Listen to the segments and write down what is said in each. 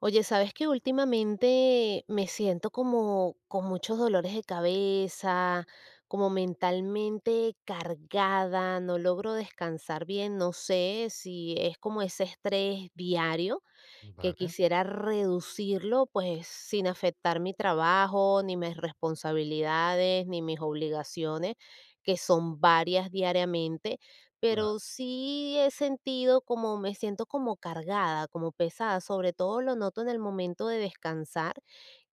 Oye, ¿sabes que últimamente me siento como con muchos dolores de cabeza, como mentalmente cargada, no logro descansar bien, no sé si es como ese estrés diario que Vale, quisiera reducirlo, pues sin afectar mi trabajo, ni mis responsabilidades, ni mis obligaciones, que son varias diariamente, pero claro, sí he sentido como me siento como cargada, como pesada, sobre todo lo noto en el momento de descansar.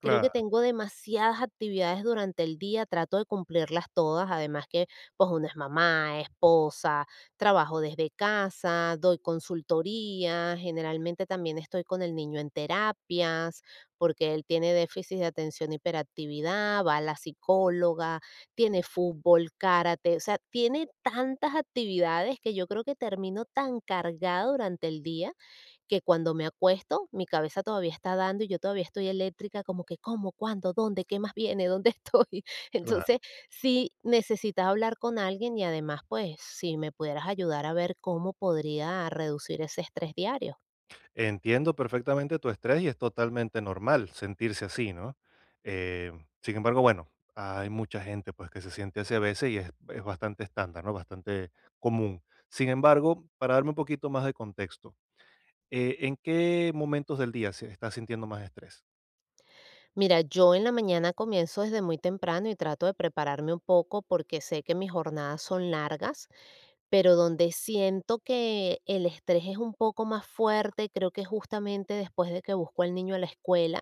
Creo que tengo demasiadas actividades durante el día, trato de cumplirlas todas, además que pues una es mamá, esposa, trabajo desde casa, doy consultoría, generalmente también estoy con el niño en terapias, porque él tiene déficit de atención, hiperactividad, va a la psicóloga, tiene fútbol, karate, o sea, tiene tantas actividades que yo creo que termino tan cargada durante el día que cuando me acuesto, mi cabeza todavía está dando y yo todavía estoy eléctrica, como que cómo, cuándo, dónde, qué más viene, dónde estoy. Entonces, claro. sí necesitas hablar con alguien y además, pues, si me pudieras ayudar a ver cómo podría reducir ese estrés diario. Entiendo perfectamente tu estrés y es totalmente normal sentirse así, ¿no? Eh, Sin embargo, bueno, hay mucha gente pues que se siente así a veces, y es bastante estándar, ¿no? Bastante común. Sin embargo, para darme un poquito más de contexto, ¿en qué momentos del día estás sintiendo más estrés? Mira, yo en la mañana comienzo desde muy temprano y trato de prepararme un poco porque sé que mis jornadas son largas, pero donde siento que el estrés es un poco más fuerte, creo que justamente después de que busco al niño a la escuela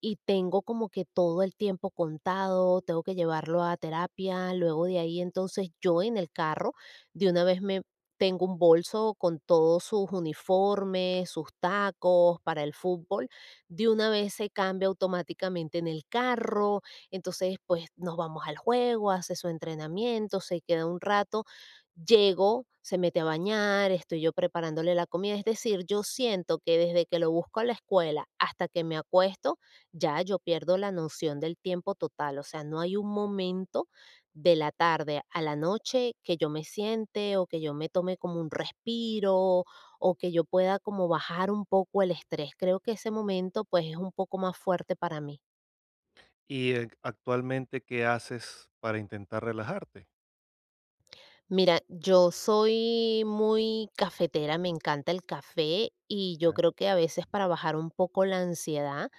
y tengo como que todo el tiempo contado, tengo que llevarlo a terapia, luego de ahí entonces yo en el carro de una vez me tengo un bolso con todos sus uniformes, sus tacos para el fútbol de una vez se cambia automáticamente en el carro, entonces pues nos vamos al juego, hace su entrenamiento, se queda un rato, llego, se mete a bañar, estoy yo preparándole la comida, es decir, yo siento que desde que lo busco a la escuela hasta que me acuesto, ya yo pierdo la noción del tiempo total, o sea, no hay un momento de la tarde a la noche que yo me siente o que yo me tome como un respiro o que yo pueda como bajar un poco el estrés. Creo que ese momento pues es un poco más fuerte para mí. Y actualmente, ¿qué haces para intentar relajarte? Mira, yo soy muy cafetera, me encanta el café y yo Ok, creo que a veces para bajar un poco la ansiedad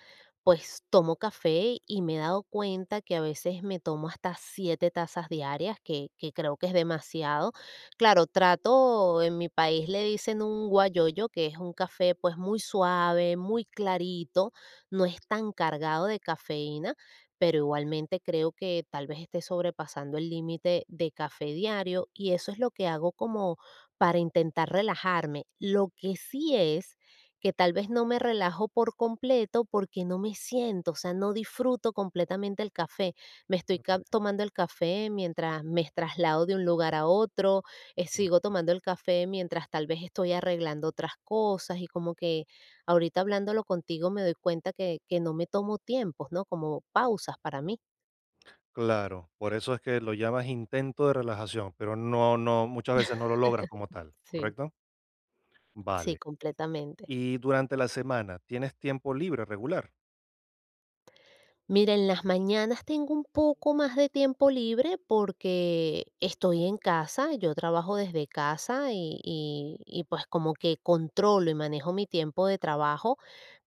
pues tomo café y me he dado cuenta que a veces me tomo hasta siete tazas diarias, que creo que es demasiado. Claro, trato, en mi país le dicen un guayoyo, que es un café pues muy suave, muy clarito, no es tan cargado de cafeína, pero igualmente creo que tal vez esté sobrepasando el límite de café diario y eso es lo que hago como para intentar relajarme. Lo que sí es que tal vez no me relajo por completo porque no me siento, o sea, no disfruto completamente el café. Me estoy tomando el café mientras me traslado de un lugar a otro, ok. sigo tomando el café mientras tal vez estoy arreglando otras cosas y como que ahorita hablándolo contigo me doy cuenta que no me tomo tiempos, ¿no? Como pausas para mí. Claro, por eso es que lo llamas intento de relajación, pero no no, muchas veces no lo logras como tal, Sí. ¿correcto? Sí, Vale. completamente. Y durante la semana, ¿tienes tiempo libre regular? Mira, en las mañanas tengo un poco más de tiempo libre porque estoy en casa, yo trabajo desde casa y pues como que controlo y manejo mi tiempo de trabajo,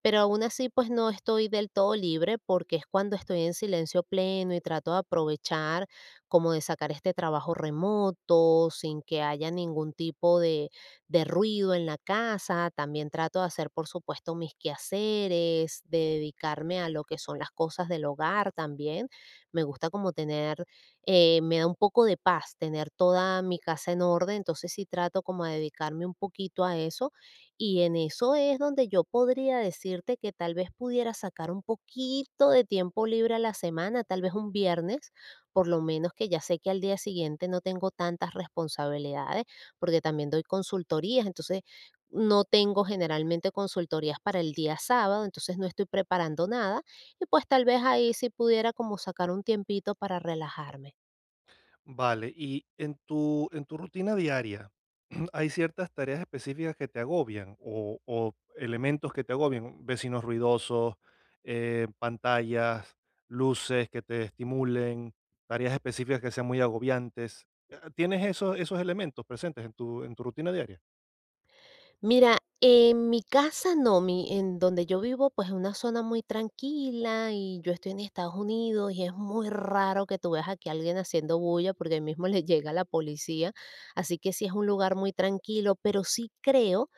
pero aún así pues no estoy del todo libre porque es cuando estoy en silencio pleno y trato de aprovechar como de sacar este trabajo remoto sin que haya ningún tipo de ruido en la casa, también trato de hacer, por supuesto, mis quehaceres, de dedicarme a lo que son las cosas del hogar también. Me gusta como tener, me da un poco de paz tener toda mi casa en orden, entonces sí trato como de dedicarme un poquito a eso y en eso es donde yo podría decirte que tal vez pudiera sacar un poquito de tiempo libre a la semana, tal vez un viernes, por lo menos que ya sé que al día siguiente no tengo tantas responsabilidades porque también doy consultorías, entonces no tengo generalmente consultorías para el día sábado, entonces no estoy preparando nada y pues tal vez ahí sí pudiera como sacar un tiempito para relajarme. Vale, y en tu rutina diaria, ¿hay ciertas tareas específicas que te agobian o elementos que te agobian? Vecinos ruidosos, pantallas, luces que te estimulen, tareas específicas que sean muy agobiantes. ¿Tienes esos elementos presentes en tu rutina diaria? Mira, en mi casa no, mi, en donde yo vivo pues es una zona muy tranquila y yo estoy en Estados Unidos y es muy raro que tú veas aquí a alguien haciendo bulla porque ahí mismo le llega la policía, así que sí es un lugar muy tranquilo, pero sí creo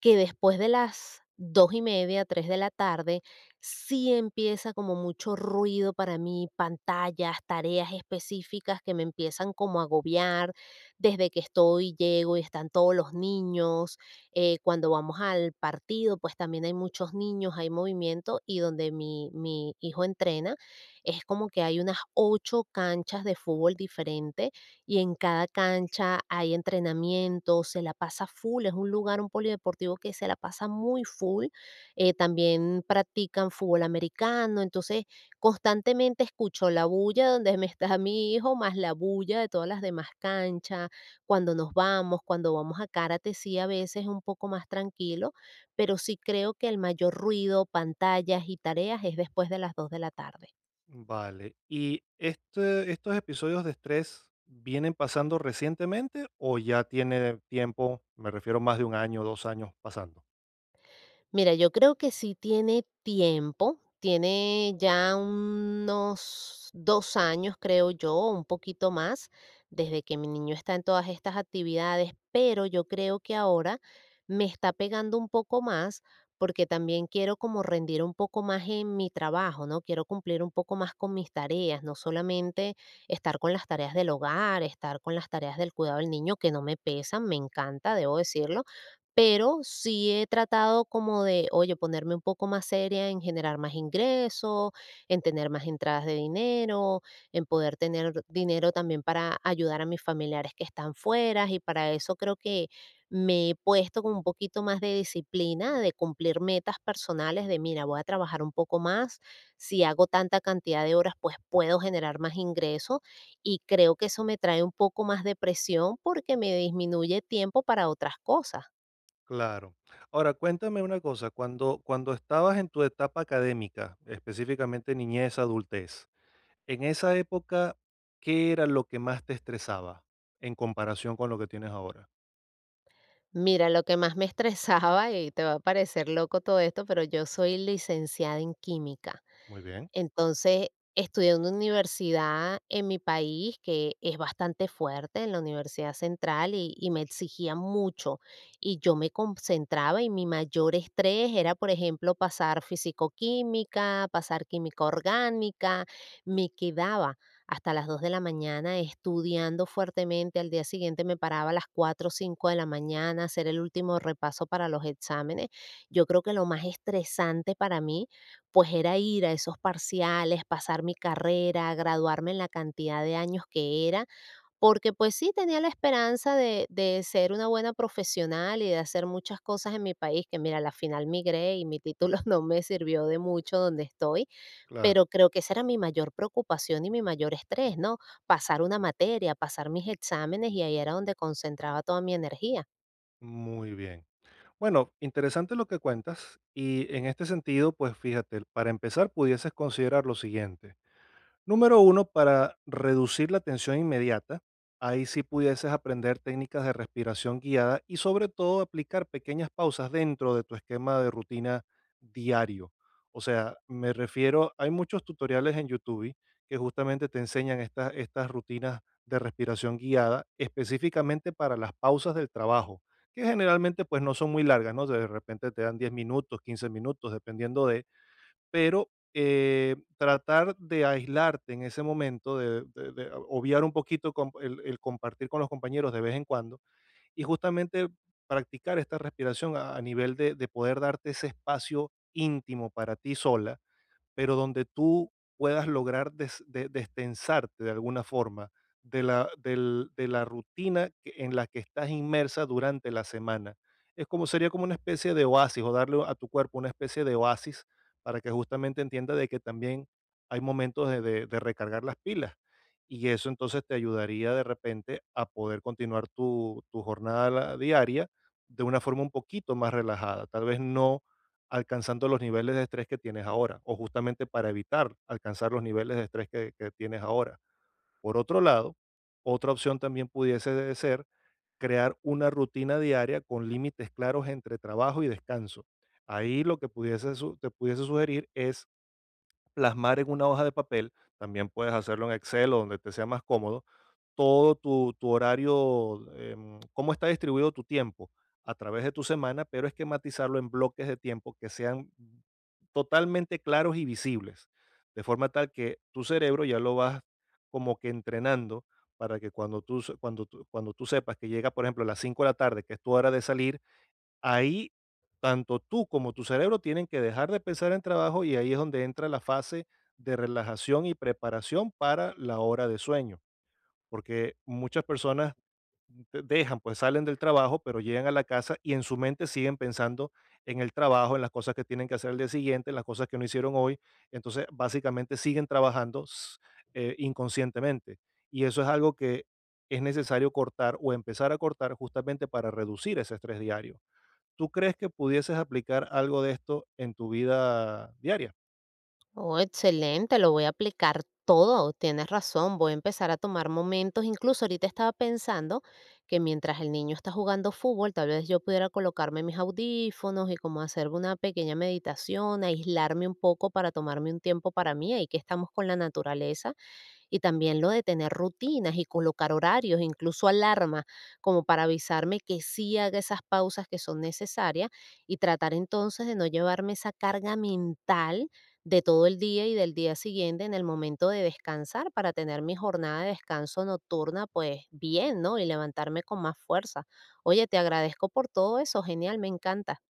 que después de las 2:30, 3 de la tarde, sí empieza como mucho ruido para mí, pantallas, tareas específicas que me empiezan como a agobiar, desde que estoy, llego y están todos los niños, cuando vamos al partido, pues también hay muchos niños, hay movimiento y donde mi hijo entrena, es como que hay unas ocho canchas de fútbol diferente y en cada cancha hay entrenamientos, se la pasa full, es un lugar, un polideportivo que se la pasa muy full. También practican fútbol americano, entonces constantemente escucho la bulla donde me está mi hijo, más la bulla de todas las demás canchas, cuando nos vamos, cuando vamos a karate, sí a veces es un poco más tranquilo, pero sí creo que el mayor ruido, pantallas y tareas es después de las 2 de la tarde. Vale. ¿Y este, estos episodios de estrés vienen pasando recientemente, o ya tiene tiempo, me refiero, más de un año, 2 años pasando? Mira, yo creo que sí tiene tiempo, tiene ya unos 2 años, creo yo, un poquito más, desde que mi niño está en todas estas actividades, pero yo creo que ahora me está pegando un poco más porque también quiero como rendir un poco más en mi trabajo, ¿no? Quiero cumplir un poco más con mis tareas, no solamente estar con las tareas del hogar, estar con las tareas del cuidado del niño, que no me pesan, me encanta, debo decirlo, pero sí he tratado como de, oye, ponerme un poco más seria en generar más ingresos, en tener más entradas de dinero, en poder tener dinero también para ayudar a mis familiares que están fuera y para eso creo que me he puesto con un poquito más de disciplina, de cumplir metas personales, de mira, voy a trabajar un poco más, si hago tanta cantidad de horas, pues puedo generar más ingresos y creo que eso me trae un poco más de presión porque me disminuye tiempo para otras cosas. Claro. Ahora, cuéntame una cosa, cuando estabas en tu etapa académica, específicamente niñez, adultez, en esa época, ¿qué era lo que más te estresaba en comparación con lo que tienes ahora? Mira, lo que más me estresaba, y te va a parecer loco todo esto, pero yo soy licenciada en química. Muy bien, Entonces, estudié en una universidad en mi país que es bastante fuerte, en la Universidad Central, y me exigía mucho. Y yo me concentraba y mi mayor estrés era, por ejemplo, pasar fisicoquímica, pasar química orgánica. Me quedaba hasta las 2 de la mañana estudiando fuertemente. Al día siguiente me paraba a las 4 o 5 de la mañana a hacer el último repaso para los exámenes. Yo creo que lo más estresante para mí pues era ir a esos parciales, pasar mi carrera, graduarme en la cantidad de años que era, porque pues sí tenía la esperanza de ser una buena profesional y de hacer muchas cosas en mi país, que mira, a la final migré y mi título no me sirvió de mucho donde estoy, claro, pero creo que esa era mi mayor preocupación y mi mayor estrés, ¿no? Pasar una materia, pasar mis exámenes y ahí era donde concentraba toda mi energía. muy bien. Bueno, interesante lo que cuentas, y en este sentido, pues fíjate, para empezar pudieses considerar lo siguiente. Número uno, para reducir la tensión inmediata, ahí sí pudieses aprender técnicas de respiración guiada y sobre todo aplicar pequeñas pausas dentro de tu esquema de rutina diario. O sea, me refiero, hay muchos tutoriales en YouTube que justamente te enseñan estas rutinas de respiración guiada específicamente para las pausas del trabajo, que generalmente pues no son muy largas, ¿no? De repente te dan 10 minutos, 15 minutos, dependiendo de, pero, tratar de aislarte en ese momento, de obviar un poquito, com el compartir con los compañeros de vez en cuando, y justamente practicar esta respiración a nivel de poder darte ese espacio íntimo para ti sola, pero donde tú puedas lograr destensarte de alguna forma de la rutina en la que estás inmersa durante la semana. Es como sería como una especie de oasis, o darle a tu cuerpo una especie de oasis, para que justamente entienda de que también hay momentos de recargar las pilas. Y eso entonces te ayudaría de repente a poder continuar tu jornada diaria de una forma un poquito más relajada. Tal vez no alcanzando los niveles de estrés que tienes ahora, o justamente para evitar alcanzar los niveles de estrés que tienes ahora. Por otro lado, otra opción también pudiese de ser crear una rutina diaria con límites claros entre trabajo y descanso. Ahí lo que te pudiese sugerir es plasmar en una hoja de papel, también puedes hacerlo en Excel o donde te sea más cómodo, todo tu horario, cómo está distribuido tu tiempo a través de tu semana, pero esquematizarlo en bloques de tiempo que sean totalmente claros y visibles, de forma tal que tu cerebro ya lo vas como que entrenando, para que cuando tú, se- cuando tú sepas que llega, por ejemplo, a las 5 de la tarde, que es tu hora de salir. Ahí tanto tú como tu cerebro tienen que dejar de pensar en trabajo, y ahí es donde entra la fase de relajación y preparación para la hora de sueño, porque muchas personas dejan, pues salen del trabajo, pero llegan a la casa y en su mente siguen pensando en el trabajo, en las cosas que tienen que hacer el día siguiente, en las cosas que no hicieron hoy. Entonces, básicamente siguen trabajando inconscientemente. Y eso es algo que es necesario cortar o empezar a cortar justamente para reducir ese estrés diario. ¿Tú crees que pudieses aplicar algo de esto en tu vida diaria? Oh, excelente, lo voy a aplicar todo, tienes razón, voy a empezar a tomar momentos, incluso ahorita estaba pensando que mientras el niño está jugando fútbol, tal vez yo pudiera colocarme mis audífonos y como hacer una pequeña meditación, aislarme un poco para tomarme un tiempo para mí, ahí que estamos con la naturaleza, y también lo de tener rutinas y colocar horarios, incluso alarmas como para avisarme que sí haga esas pausas que son necesarias y tratar entonces de no llevarme esa carga mental de todo el día y del día siguiente en el momento de descansar para tener mi jornada de descanso nocturna pues bien, ¿no? Y levantarme con más fuerza. Oye, te agradezco por todo eso, genial, me encanta.